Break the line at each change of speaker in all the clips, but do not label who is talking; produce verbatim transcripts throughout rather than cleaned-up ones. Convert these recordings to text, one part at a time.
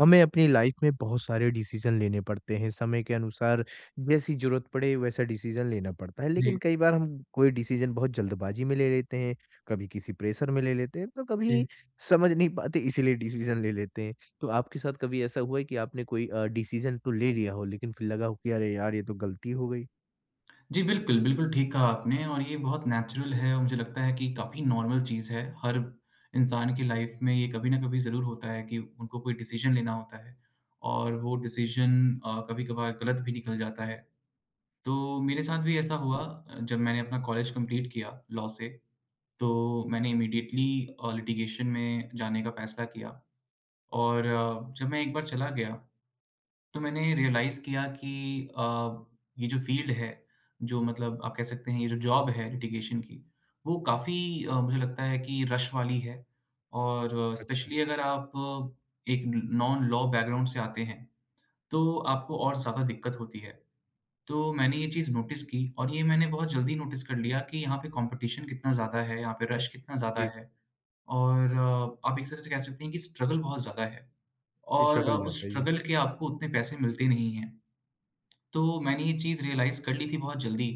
हमें अपनी लाइफ में बहुत सारे डिसीजन लेने पड़ते हैं। समय के अनुसार जैसी ज़रूरत पड़े वैसा डिसीजन लेना पड़ता है। लेकिन
जी,
कई बार हम कोई डिसीजन बहुत जल्दबाज़ी में ले लेते हैं, कभी किसी प्रेशर में ले लेते हैं, तो
जी।
कभी समझ नहीं पाते इसीलिए डिसीजन ले लेते हैं। तो आपके साथ कभी ऐसा हुआ है कि आपने कोई अ, डिसीजन तो ले लिया हो लेकिन फिर लगा हो कि अरे यार ये तो गलती हो गई?
जी, बिल्कुल, बिल्कुल ठीक कहा आपने और ये बहुत नेचुरल है और मुझे लगता है कि काफ़ी नॉर्मल चीज़ है। हर इंसान की लाइफ़ में ये कभी न कभी ज़रूर होता है कि उनको कोई डिसीज़न लेना होता है और वो डिसीज़न अ, कभी-कभार गलत भी निकल जाता है। तो मेरे साथ भी ऐसा हुआ
जी,
अ, जब मैंने अपना कॉलेज कंप्लीट किया लॉ से, तो मैंने इमीडिएटली अ, लिटिगेशन में जाने का फ़ैसला किया और अ, जब मैं एक बार चला गया तो मैंने रियलाइज़ किया कि अ, ये जो फ़ील्ड है, जो मतलब आप कह सकते हैं ये जो जॉब है लिटिगेशन की, वो काफ़ी अ, मुझे लगता है कि रश वाली है और
अच्छा
स्पेशली अगर आप एक नॉन लॉ बैकग्राउंड से आते हैं, तो आपको और ज़्यादा दिक्कत होती है। तो मैंने ये चीज़ नोटिस की और ये मैंने बहुत जल्दी नोटिस कर लिया कि यहाँ पे कॉम्पिटिशन कितना ज़्यादा है, यहाँ पे रश कितना ज़्यादा
जी,
है और अ, आप एक तरह से कह सकते हैं कि स्ट्रगल बहुत ज़्यादा है
ये
और अ,
स्ट्रगल
उस
जाता है। जी,
स्ट्रगल के आपको उतने पैसे मिलते नहीं हैं। तो मैंने ये चीज़ रियलाइज़ कर ली थी बहुत जल्दी,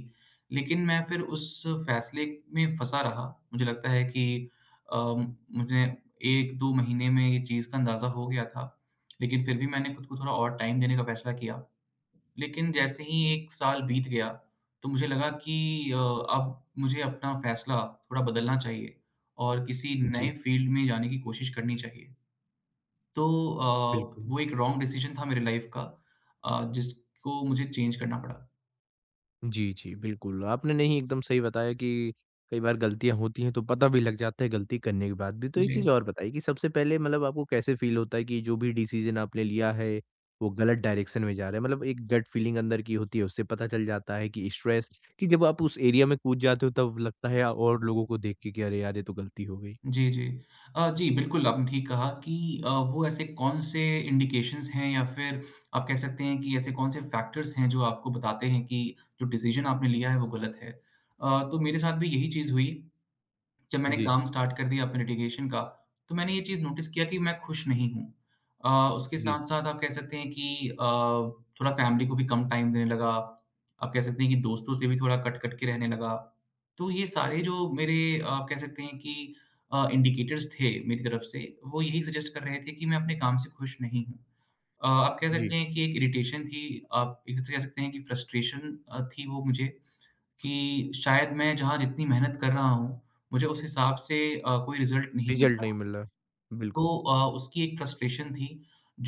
लेकिन मैं फिर उस फैसले में फँसा रहा। मुझे लगता है कि अ, मुझे एक-दो महीने में ये चीज़ का अंदाज़ा हो गया था, लेकिन फिर भी मैंने खुद को थोड़ा और टाइम देने का फैसला किया। लेकिन जैसे ही एक साल बीत गया, तो मुझे लगा कि अ, अब मुझे अपना फैसला थोड़ा बदलना चाहिए और किसी नए
जी,
फ़ील्ड में जाने की कोशिश करनी चाहिए। तो अ,
बिल्कुल।
वो एक रॉन्ग डिसीज़न था मेरे लाइफ़ का अ, जिसको मुझे चेंज करना पड़ा।
जी, जी, बिल्कुल। आपने नहीं एकदम सही बताया कि कई बार गलतियाँ होती हैं तो पता भी लग जाता है गलती करने के बाद भी। तो एक चीज़
जी,
और बताइए कि सबसे पहले मतलब आपको कैसे फ़ील होता है कि जो भी डिसीज़न आपने लिया है वो गलत डायरेक्शन में जा रहा है? मतलब एक गट फीलिंग अंदर की होती है उससे पता चल जाता है कि स्ट्रेस कि जब आप उस एरिया में कूद जाते हो तब लगता है या और लोगों को देख के कि अरे यार ये तो गलती हो गई।
जी, जी। अ, जी, बिल्कुल आपने ठीक कहा कि अ, वो ऐसे कौन-से इंडिकेशंस हैं या फिर आप कह सकते हैं कि ऐसे कौन-से फैक्टर्स हैं जो आपको बताते हैं कि जो डिसीज़न आपने लिया है वो गलत है। अ, तो मेरे साथ भी यही चीज़ हुई। जब मैंने
जी,
काम स्टार्ट कर दिया अपने लिटिगेशन का, तो मैंने ये चीज़ नोटिस किया कि मैं खुश नहीं हूँ। अ, उसके
जी,
साथ-साथ आप कह सकते हैं कि अ, थोड़ा फैमिली को भी कम टाइम देने लगा। आप कह सकते हैं कि दोस्तों से भी थोड़ा कट-कट के रहने लगा। तो ये सारे जो मेरे आप कह सकते हैं कि अ, इंडिकेटर्स थे मेरी तरफ से, वो यही सजेस्ट कर रहे थे कि मैं अपने काम से खुश नहीं हूँ। अ, आप कह
जी,
सकते हैं कि एक इरिटेशन थी, आप एक तरह से कह सकते हैं कि फ्रस्ट्रेशन अ, थी वो मुझे। कि शायद मैं जहाँ जितनी मेहनत कर रहा हूँ, मुझे उस हिसाब से अ, कोई रिज़ल्ट नहीं मिल
रिज़ल्ट नहीं
रहा।
मिल रहा।
तो
बिल्कुल,
अ, उसकी एक फ्रस्ट्रेशन थी,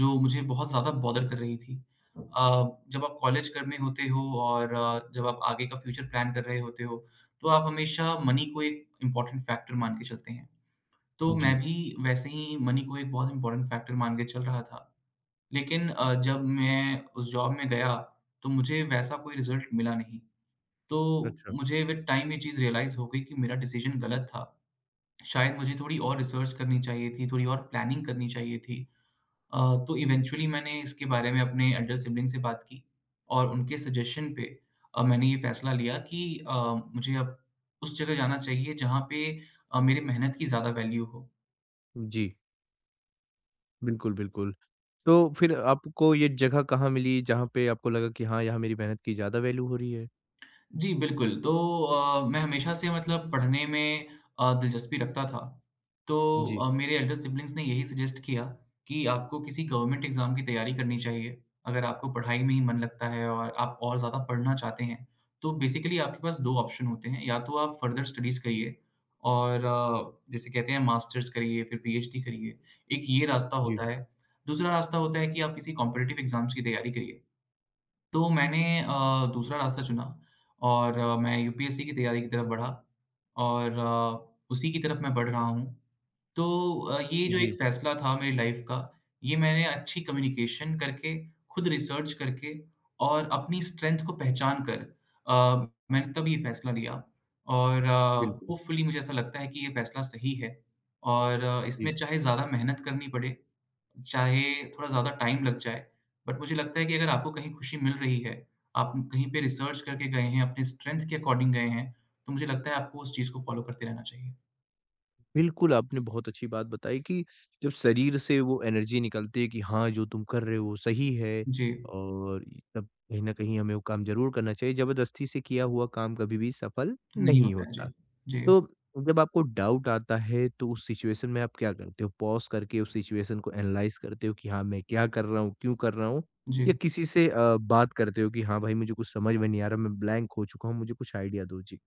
जो मुझे बहुत ज़्यादा बॉदर कर रही थी। अ, जब आप कॉलेज कर में होते हो और अ, जब आप आगे का फ्यूचर प्लान कर रहे होते हो, तो आप हमेशा मनी को एक इम्पोर्टेंट फैक्टर मान के चलते हैं। तो मैं
जी,
भी वैसे ही मनी को एक बहुत इम्पोर्टेंट फैक्टर मान के चल रहा था। लेकिन अ, जब मैं उस जॉब में गया, तो मुझे वैसा कोई रिज़ल्ट मिला नहीं। तो
अच्छा।
मुझे विद टाइम ये चीज़ रियलाइज़ हो गई कि मेरा डिसीजन गलत था। शायद मुझे थोड़ी और रिसर्च करनी चाहिए थी, थोड़ी और प्लानिंग करनी चाहिए थी। अ, तो इवेंचुअली मैंने इसके बारे में अपने एल्डर सिब्लिंग से बात की और उनके सजेशन पे अ, मैंने ये फैसला लिया कि अ, मुझे अब उस जगह जाना चाहिए जहाँ पे अ, मेरे मेहनत की ज़्यादा वैल्यू हो।
जी, बिल्कुल, बिल्कुल। तो फिर आपको ये जगह कहाँ मिली जहाँ पे आपको लगा कि हाँ, यहाँ मेरी मेहनत की ज़्यादा वैल्यू हो रही है?
जी, बिल्कुल। तो अ, मैं हमेशा से मतलब पढ़ने में अ, दिलचस्पी रखता था। तो
जी,
अ, मेरे एल्डर सिब्लिंग्स ने यही सजेस्ट किया कि आपको किसी गवर्नमेंट एग्ज़ाम की तैयारी करनी चाहिए। अगर आपको पढ़ाई में ही मन लगता है और आप और ज़्यादा पढ़ना चाहते हैं, तो बेसिकली आपके पास दो ऑप्शन होते हैं, या तो आप फर्दर स्टडीज़ करिए और अ, जैसे कहते हैं मास्टर्स करिए, फिर पीएचडी करिए। एक ये रास्ता
जी,
होता है। दूसरा रास्ता होता है कि आप किसी कॉम्पिटिटिव एग्ज़ाम्स की तैयारी करिए। तो मैंने अ, दूसरा रास्ता चुना और अ, मैं यूपीएससी की तैयारी की तरफ बढ़ा और अ, उसी की तरफ मैं बढ़ रहा हूँ। तो अ, ये ठीक जो है। एक
जी,
फैसला था मेरी लाइफ़ का, ये मैंने अच्छी कम्युनिकेशन करके, खुद रिसर्च करके और अपनी स्ट्रेंथ को पहचान कर अ, मैंने तब ये फैसला लिया और अ,
बिल्कुल,
होपफुली मुझे ऐसा लगता है कि ये फैसला सही है और अ,
जी।
इसमें चाहे ज़्यादा मेहनत करनी पड़े चाहे थोड़ा ज़्यादा टाइम लग जाए, बट मुझे लगता है कि अगर आपको कहीं खुशी मिल रही है, आप कहीं पे रिसर्च करके गए हैं, अपने स्ट्रेंथ के अकॉर्डिंग गए हैं, तो मुझे लगता है आपको उस चीज़ को फ़ॉलो करते रहना चाहिए।
बिल्कुल, आपने बहुत अच्छी बात बताई कि जब शरीर से वो एनर्जी निकलती है कि हाँ, जो तुम कर रहे हो वो सही है
जी,
और तब कहीं न कहीं हमें वो काम ज़रूर करना चाहिए। ज़बरदस्ती से किया हुआ काम कभी भी सफल
नहीं
नहीं
होता है।
होता।
जी। जी,
तो जब आपको डाउट आता है तो उस सिचुएशन में आप क्या करते हो? पॉज़ करके उस सिचुएशन को एनालाइज़ करते हो कि हाँ, मैं क्या कर रहा हूँ, क्यों कर रहा हूँ?
जी।
या किसी से अ, बात करते हो कि हाँ भाई मुझे कुछ समझ में नहीं आ रहा, मैं ब्लैंक हो चुका हूँ, मुझे कुछ आइडिया दो? जी।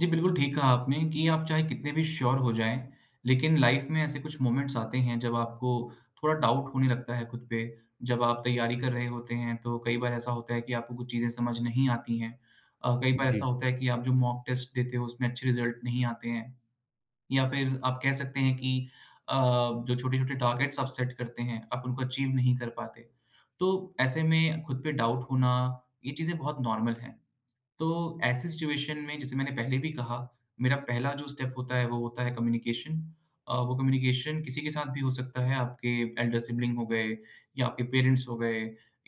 जी, बिल्कुल ठीक कहा आपने कि आप चाहे कितने भी श्योर हो जाएँ, लेकिन लाइफ़ में ऐसे कुछ मोमेंट्स आते हैं जब आपको थोड़ा डाउट होने लगता है खुद पे। जब आप तैयारी कर रहे होते हैं तो कई बार ऐसा होता है कि आपको कुछ चीज़ें समझ नहीं आती हैं। अ, कई बार
जी,
ऐसा होता है कि आप जो मॉक टेस्ट देते हो उसमें अच्छे रिज़ल्ट नहीं आते हैं या फिर आप कह सकते हैं कि अ, जो छोटे-छोटे टारगेट्स आप सेट करते हैं, आप उनको अचीव नहीं कर पाते। तो ऐसे में खुद पे डाउट होना, ये चीज़ें बहुत नॉर्मल हैं। तो ऐसी सिचुएशन में जैसे मैंने पहले भी कहा, मेरा पहला जो स्टेप होता है वो होता है कम्युनिकेशन। अ, वो कम्युनिकेशन किसी के साथ भी हो सकता है, आपके एल्डर सिबलिंग हो गए या आपके पेरेंट्स हो गए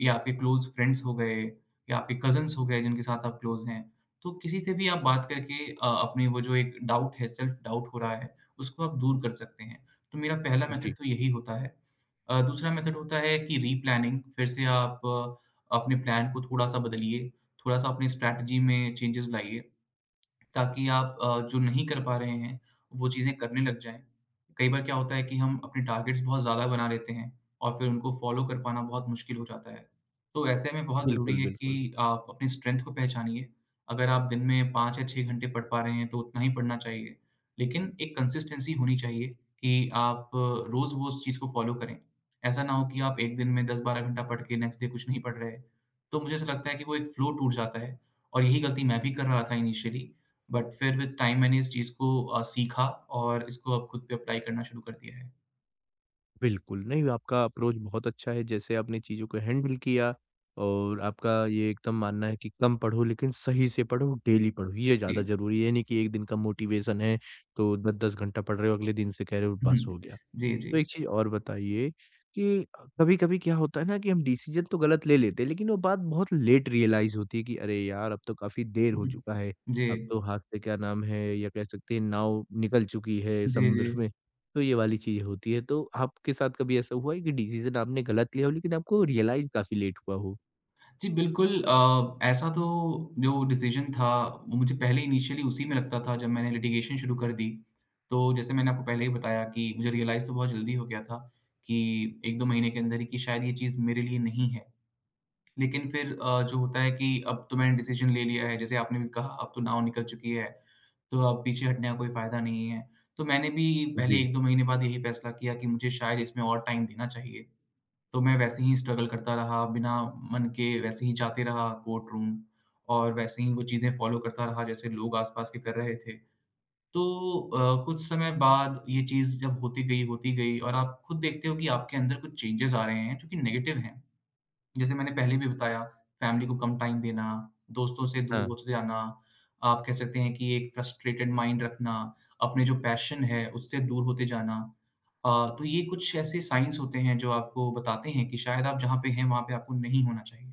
या आपके क्लोज़ फ्रेंड्स हो गए या आपके कज़िन्स हो गए जिनके साथ आप क्लोज़ हैं। तो किसी से भी आप बात करके अ, अपनी वो जो एक डाउट है, सेल्फ डाउट हो रहा है, उसको आप दूर कर सकते हैं। तो मेरा पहला मेथड
जी।
तो यही होता है। अ, दूसरा मेथड होता है कि रीप्लानिंग फिर से आप अ, अपने प्लान को थोड़ा-सा बदलिए। थोड़ा-सा अपनी स्ट्रैटेजी में चेंजेस लाइए ताकि आप अ, जो नहीं कर पा रहे हैं, वो चीज़ें करने लग जाएँ। कई बार क्या होता है कि हम अपने टारगेट्स बहुत ज़्यादा बना लेते हैं और फिर उनको फ़ॉलो कर पाना बहुत मुश्किल हो जाता है। तो ऐसे में बहुत हुँ। ज़रूरी
बिल्कुल,
है
बिल्कुल।
कि आप अपनी स्ट्रेंथ को पहचानिए। अगर आप दिन में पाँच या छह घंटे पढ़ पा रहे हैं, तो उतना ही पढ़ना चाहिए। लेकिन एक कंसिस्टेंसी होनी चाहिए कि आप अ, रोज़ वो उस चीज़ को फ़ॉलो करें। ऐसा ना हो कि आप एक दिन में दस-बारह घंटा पढ़ के नेक्स्ट डे कुछ नहीं पढ़ रहे। तो मुझे ऐसा लगता है कि वो एक फ़्लो टूट जाता है और यही गलती मैं भी कर रहा था इनिशियली बट फिर विद टाइम मैंने इस चीज़ को अ, सीखा और इसको अब खुद पे अप्लाई करना शुरू कर दिया है।
बिल्कुल, नहीं आपका अप्रोच बहुत अच्छा है जैसे आपने चीज़ों को हैंडल किया और आपका ये एकदम मानना है कि कम पढ़ो लेकिन सही से पढ़ो, डेली पढ़ो। ये
जी।
ज़्यादा ज़रूरी है, ये नहीं कि एक दिन का मोटिवेशन है तो दस दस घंटा पढ़ रहे हो, अगले दिन से कह रहे हो बस
हुँ।
हो गया।
जी,
तो
जी।
एक चीज़ और बताइए कि अ, कभी-कभी क्या होता है ना कि हम डिसीज़न तो गलत ले लेते हैं, लेकिन वो बात बहुत लेट रियलाइज़ होती है कि अरे यार! अब तो काफ़ी देर हो
हुँ।
चुका है।
जी।
अब तो हाथ से क्या नाम है या कह सकते हैं नाव निकल चुकी है
जी,
समुद्र
जी।
में, तो ये वाली चीज़ होती है। तो आपके साथ कभी ऐसा हुआ है कि डिसीज़न आपने गलत लिया हो लेकिन आपको रियलाइज़ काफ़ी लेट हुआ हो?
जी, बिल्कुल अ, ऐसा तो जो डिसीज़न था वो मुझे पहले इनिशियली उसी में लगता था जब मैंने लिटिगेशन शुरू कर दी। तो जैसे मैंने आपको पहले ही बताया कि मुझे रियलाइज़ तो बहुत जल्दी हो गया था कि एक-दो महीने के अंदर ही कि शायद ये चीज़ मेरे लिए नहीं है। लेकिन फिर अ, जो होता है कि अब तो मैंने डिसीजन ले लिया है, जैसे आपने भी कहा अब तो नाव निकल चुकी है, तो अब पीछे हटने का कोई फ़ायदा नहीं है। तो मैंने भी पहले
जी।
एक-दो महीने बाद यही फ़ैसला किया कि मुझे शायद इसमें और टाइम देना चाहिए। तो मैं वैसे ही स्ट्रगल करता रहा, बिना मन के वैसे ही जाते रहा कोर्ट रूम और वैसे ही वो चीज़ें फ़ॉलो करता रहा जैसे लोग आस-पास के कर रहे थे। तो अ, कुछ समय बाद ये चीज़ जब होती गई, होती गई और आप खुद देखते हो कि आपके अंदर कुछ चेंजेज़ आ रहे हैं जो कि नेगेटिव हैं। जैसे मैंने पहले भी बताया, फैमिली को कम टाइम देना, दोस्तों से
हाँ,
दूर होते जाना, आप कह सकते हैं कि एक फ्रस्ट्रेटेड माइंड रखना, अपने जो पैशन है, उससे दूर होते जाना। अ, तो ये कुछ ऐसे साइन्स होते हैं जो आपको बताते हैं कि शायद आप जहाँ पे हैं, वहाँ पे आपको नहीं होना चाहिए।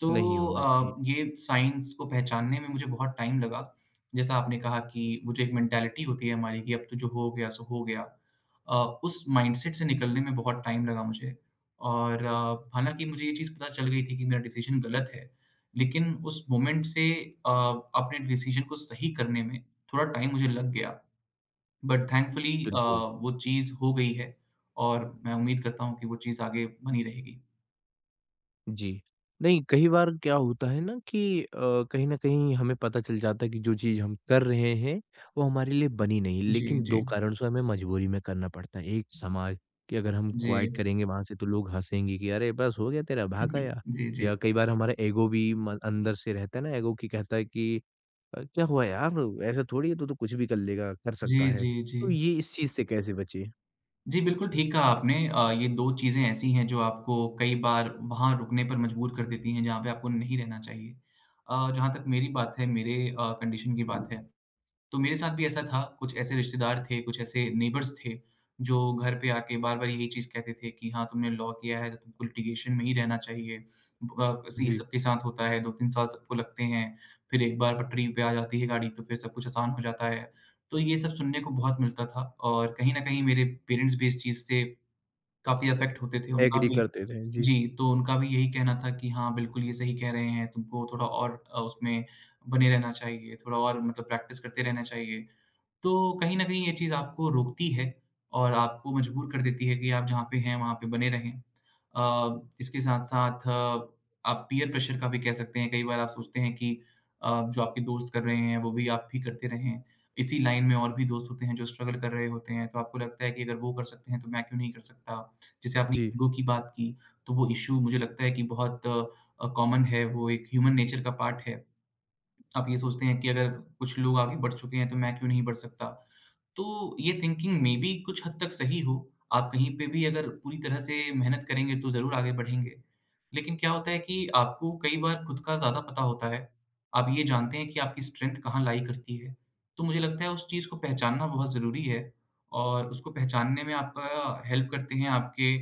तो
नहीं होना चाहिए।
अ, ये साइंस को पहचानने में मुझे बहुत टाइम लगा। जैसा आपने कहा कि वो जो एक मेंटालिटी होती है हमारी कि अब तो जो हो गया सो हो गया। अ, उस माइंडसेट से निकलने में बहुत टाइम लगा मुझे और अ, हालाँकि मुझे ये चीज़ पता चल गई थी कि मेरा डिसीज़न गलत है। लेकिन उस मोमेंट से अ, अपने डिसीज़न को सही करने में थोड़ा टाइम मुझे लग गया। बट थैंकफुली अ,
बिल्कुल।
वो चीज़ हो गई है और मैं उम्मीद करता हूँ कि वो चीज़ आगे बनी रहेगी।
जी। नहीं, कई बार क्या होता है ना कि अ, कहीं न कहीं हमें पता चल जाता है कि जो चीज़ हम कर रहे हैं, वो हमारे लिए बनी नहीं,
जी,
लेकिन
जी।
दो कारण से हमें मजबूरी में करना पड़ता है। एक समाज कि अगर हम
जी।
क्वाइट करेंगे वहाँ से तो लोग हँसेंगे कि अरे बस हो गया तेरा, भाग आया।
जी, जी।
या कई बार हमारा ईगो भी म अंदर से रहता है ना ईगो कि कहता है कि अ, क्या हुआ यार ऐसा थोड़ी है तू तो कुछ भी कर लेगा, कर
जी,
सकता है।
जी, जी।
तो ये इस चीज़ से कैसे बचें?
जी, बिल्कुल ठीक कहा आपने अ, ये दो चीज़ें ऐसी हैं जो आपको कई बार वहाँ रुकने पर मजबूर कर देती हैं जहाँ पे आपको नहीं रहना चाहिए। अ, जहाँ तक मेरी बात है, मेरे अ, कंडीशन की बात है तो मेरे साथ भी ऐसा था, कुछ ऐसे रिश्तेदार थे, कुछ ऐसे नेबर्स थे, जो घर पे आके बार-बार यही चीज़ कहते थे कि हाँ, तुमने लॉ किया है तो तुमको लिटिगेशन में ही रहना चाहिए। ब अ, ये
जी,
सबके साथ होता है, दो तीन साल सबको लगते हैं, फिर एक बार पटरी पे आ जाती है गाड़ी तो फिर सब कुछ आसान हो जाता है। तो ये सब सुनने को बहुत मिलता था और कहीं न कहीं मेरे पेरेंट्स भी इस चीज़ से काफ़ी अफेक्ट होते थे, उनका
एग्री
भी।
करते थे। जी,
जी। तो उनका भी यही कहना था कि हाँ, बिल्कुल ये सही कह रहे हैं, तुमको थोड़ा और अ, उसमें बने रहना चाहिए, थोड़ा और मतलब प्रैक्टिस करते रहना चाहिए। तो कहीं न कहीं ये चीज़ आपको रोकती है और आपको मजबूर कर देती है कि आप जहाँ पे हैं, वहाँ पे बने रहें। अ, इसके साथ-साथ आप पीयर प्रेशर का भी कह सकते हैं, कई बार आप सोचते हैं कि अ, जो आपके दोस्त कर रहे हैं, वो भी आप भी करते रहें। इसी लाइन में और भी दोस्त होते हैं जो स्ट्रगल कर रहे होते हैं, तो आपको लगता है कि अगर वो कर सकते हैं, तो मैं क्यों नहीं कर सकता? जैसे आपने
जी,
ईगो की बात की, तो वो इश्यू मुझे लगता है कि बहुत अ, कॉमन है, वो एक ह्यूमन नेचर का पार्ट है। आप ये सोचते हैं कि अगर कुछ लोग आगे बढ़ चुके हैं तो मैं क्यों नहीं बढ़ सकता? तो ये थिंकिंग मेबी कुछ हद तक सही हो, आप कहीं पे भी अगर पूरी तरह से मेहनत करेंगे तो ज़रूर आगे बढ़ेंगे। लेकिन क्या होता है कि आपको कई बार खुद का ज़्यादा पता होता है, आप ये जानते हैं कि आपकी स्ट्रेंथ कहाँ लाई करती है। तो मुझे लगता है उस चीज़ को पहचानना बहुत ज़रूरी है और उसको पहचानने में आपका हेल्प करते हैं आपके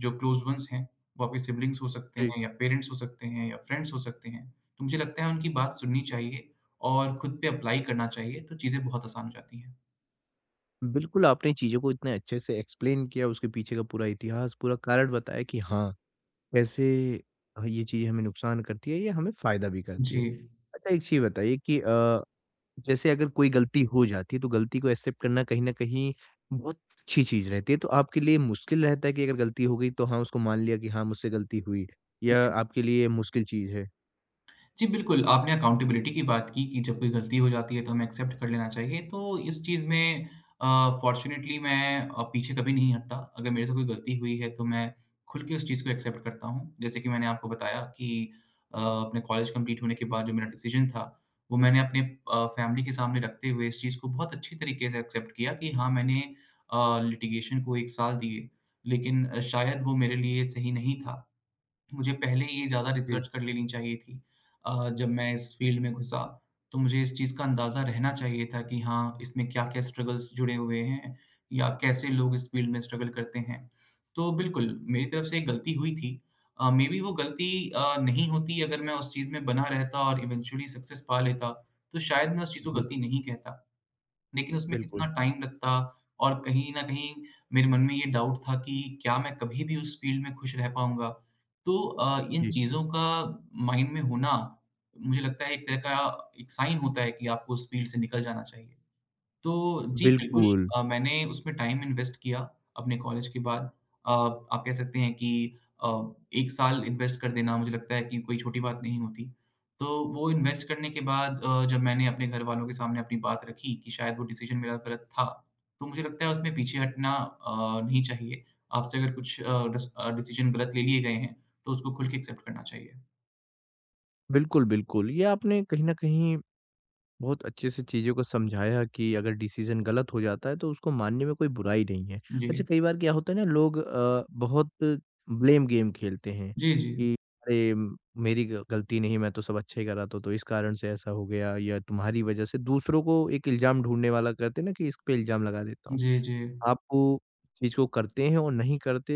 जो क्लोज़ वन्स हैं, वो आपके सिबलिंग्स हो सकते
जी।
हैं या पेरेंट्स हो सकते हैं या फ्रेंड्स हो सकते हैं। तो मुझे लगता है उनकी बात सुननी चाहिए और खुद पे अप्लाई करना चाहिए, तो चीज़ें बहुत आसान हो जाती हैं।
बिल्कुल, आपने चीज़ों को इतने अच्छे से एक्सप्लेन किया, उसके पीछे का पूरा इतिहास, पूरा कारण बताया कि हाँ, कैसे अ, ये चीज़ हमें नुकसान करती है, ये हमें फ़ायदा भी करती है।
जी।
अच्छा, एक चीज़ बताइए कि अ, जैसे अगर कोई गलती हो जाती है, तो गलती को एक्सेप्ट करना कहीं न कहीं बहुत अच्छी चीज़ रहती है, तो आपके लिए मुश्किल रहता है कि अगर गलती हो गई, तो हाँ, उसको मान लिया कि हाँ, मुझसे गलती हुई या आपके लिए मुश्किल चीज़ है?
जी, बिल्कुल, आपने अकाउंटेबिलिटी की बात की कि जब कोई गलती हो जाती है तो हमें एक्सेप्ट कर लेना चाहिए। तो इस चीज़ में अ, फ़ॉर्च्युनेटली मैं अ, पीछे कभी नहीं हटता। अगर मेरे से कोई गलती हुई है तो मैं खुल के उस चीज़ को एक्सेप्ट करता हूँ। जैसे कि मैंने आपको बताया कि अ, अपने कॉलेज कंप्लीट होने के बाद जो मेरा डिसीज़न था, वो मैंने अपने अ, फैमिली के सामने रखते हुए इस चीज़ को बहुत अच्छी तरीके से एक्सेप्ट किया कि हाँ, मैंने अ, लिटिगेशन को एक साल दिए, लेकिन अ, शायद वो मेरे लिए सही नहीं था। मुझे पहले ही ज़्यादा
जी,
रिसर्च कर लेनी चाहिए थी अ, जब मैं इस फील्ड में घुसा। तो मुझे इस चीज़ का अंदाज़ा रहना चाहिए था कि हाँ, इसमें क्या-क्या स्ट्रगल्स जुड़े हुए हैं या कैसे लोग इस फील्ड में स्ट्रगल करते हैं। तो बिल्कुल, मेरी तरफ से एक गलती हुई थी। अ, मेबी वो गलती अ, नहीं होती अगर मैं उस चीज़ में बना रहता और इवेंचुअली सक्सेस पा लेता, तो शायद मैं उस चीज़ को
जी,
गलती नहीं कहता। लेकिन उसमें
बिल्कुल।
कितना टाइम लगता और कहीं न कहीं मेरे मन में ये डाउट था कि क्या मैं कभी भी उस फ़ील्ड में खुश रह पाऊँगा? तो अ, इन
जी,
चीज़ों का माइंड में होना, मुझे लगता है एक तरह का एक साइन होता है कि आपको उस फ़ील्ड से निकल जाना चाहिए। तो जी, बिल्कुल।
बिल्कुल।
अ, मैंने उसमें टाइम इन्वेस्ट किया अपने कॉलेज के बाद। अ, आप कह सकते हैं कि अ, एक साल इन्वेस्ट कर देना मुझे लगता है कि कोई छोटी बात नहीं होती। तो वो इन्वेस्ट करने के बाद अ, जब मैंने अपने घरवालों के सामने अपनी बात रखी कि शायद वो डिसीज़न मेरा गलत था, तो मुझे लगता है उसमें पीछे हटना अ, नहीं चाहिए। आपसे अगर कुछ अ, डिस अ, डिसीज़न गलत ले लिए गए हैं, तो उसको खुल के एक्सेप्ट करना चाहिए।
बिल्कुल, बिल्कुल, ये आपने कहीं न कहीं बहुत अच्छे से चीज़ों को समझाया कि अगर डिसीज़न गलत हो जाता है तो उसको मानने में कोई बुराई नहीं है।
जी।
अच्छा कई बार क्या होता है ना लोग अ, बहुत ब्लेम गेम खेलते हैं
जी, जी।
कि अरे म- मेरी ग गलती नहीं मैं तो सब अच्छा ही कर रहा था तो इस कारण से ऐसा हो गया या तुम्हारी वज़ह से दूसरों को एक इल्ज़ाम ढूँढने वाला कहते हैं ना कि इस पे इल्ज़ाम लगा देता हूँ।
जी, जी।
आप वो चीज़ को करते हैं और नहीं करते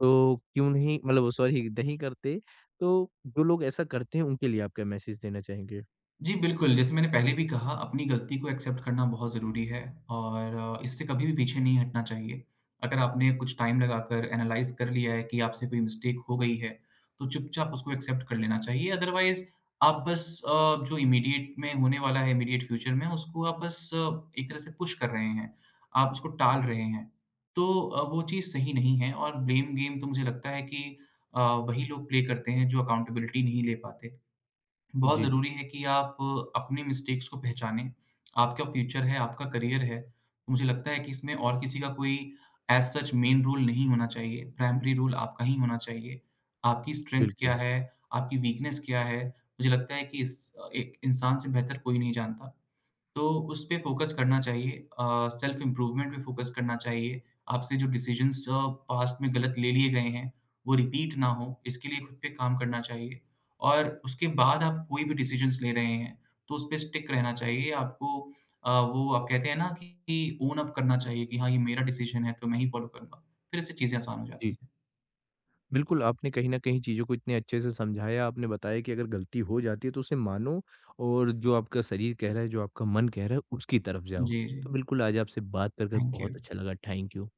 तो क्यों नहीं मतलब सॉरी नहीं करते तो जो लोग ऐसा करते हैं उनके लिए आप क्या मैसेज देना चाहेंगे?
जी, बिल्कुल, जैसे मैंने पहले भी कहा अपनी गलती को एक्सेप्ट करना बहुत ज़रूरी है और अ, इससे कभी भी पीछे नहीं हटना चाहिए। अगर आपने कुछ टाइम लगाकर एनालाइज़ कर लिया है कि आपसे कोई मिस्टेक हो गई है, तो चुपचाप उसको एक्सेप्ट कर लेना चाहिए। अदरवाइज़ आप बस अ, जो इमीडिएट में होने वाला है, इमीडिएट फ्यूचर में, उसको आप बस अ, एक तरह से पुश कर रहे हैं, आप उसको टाल रहे हैं। तो अ, वो चीज़ सही नहीं है और ब्लेम गेम तो मुझे लगता है कि अ, वही लोग प्ले करते हैं जो अकाउंटेबिलिटी नहीं ले पाते। बहुत
जी,
ज़रूरी है कि आप अपनी मिस्टेक्स को पहचानें। आपका फ्यूचर है, आपका करियर है। मुझे लगता है कि इसमें और किसी का कोई एज़ सच मेन रूल नहीं होना चाहिए। प्राइमरी रूल आपका ही होना चाहिए। आपकी स्ट्रेंथ
बिल्कुल।
क्या है? आपकी वीकनेस क्या है? मुझे लगता है कि इस एक इंसान से बेहतर कोई नहीं जानता। तो उस पे फ़ोकस करना चाहिए अ, सेल्फ इम्प्रूवमेंट पे फ़ोकस करना चाहिए। आपसे जो डिसीज़न्स अ, पास्ट में गलत ले लिए गए हैं, वो रिपीट ना हो, इसके लिए खुद पे काम करना चाहिए। और उसके बाद आप कोई भी डिसीज़न्स ले रहे हैं, तो उस पे स्टिक रहना चाहिए। आपको अ, वो आप कहते हैं ना कि ओन अप करना चाहिए कि हाँ, ये मेरा डिसीज़न है, तो मैं ही फ़ॉलो करूँगा। फिर इससे चीज़ें आसान हो
जी।
जाती हैं।
बिल्कुल, आपने कहीं न कहीं चीज़ों को इतने अच्छे से समझाया, आपने बताया कि अगर गलती हो जाती है तो उसे मानो और जो आपका शरीर कह रहा है, जो आपका मन कह रहा है उसकी तरफ जाओ।
जी, जी।
तो बिल्कुल आज आपसे बात कर, कर
थैंक यू।
बहुत अच्छा लगा। Thank you.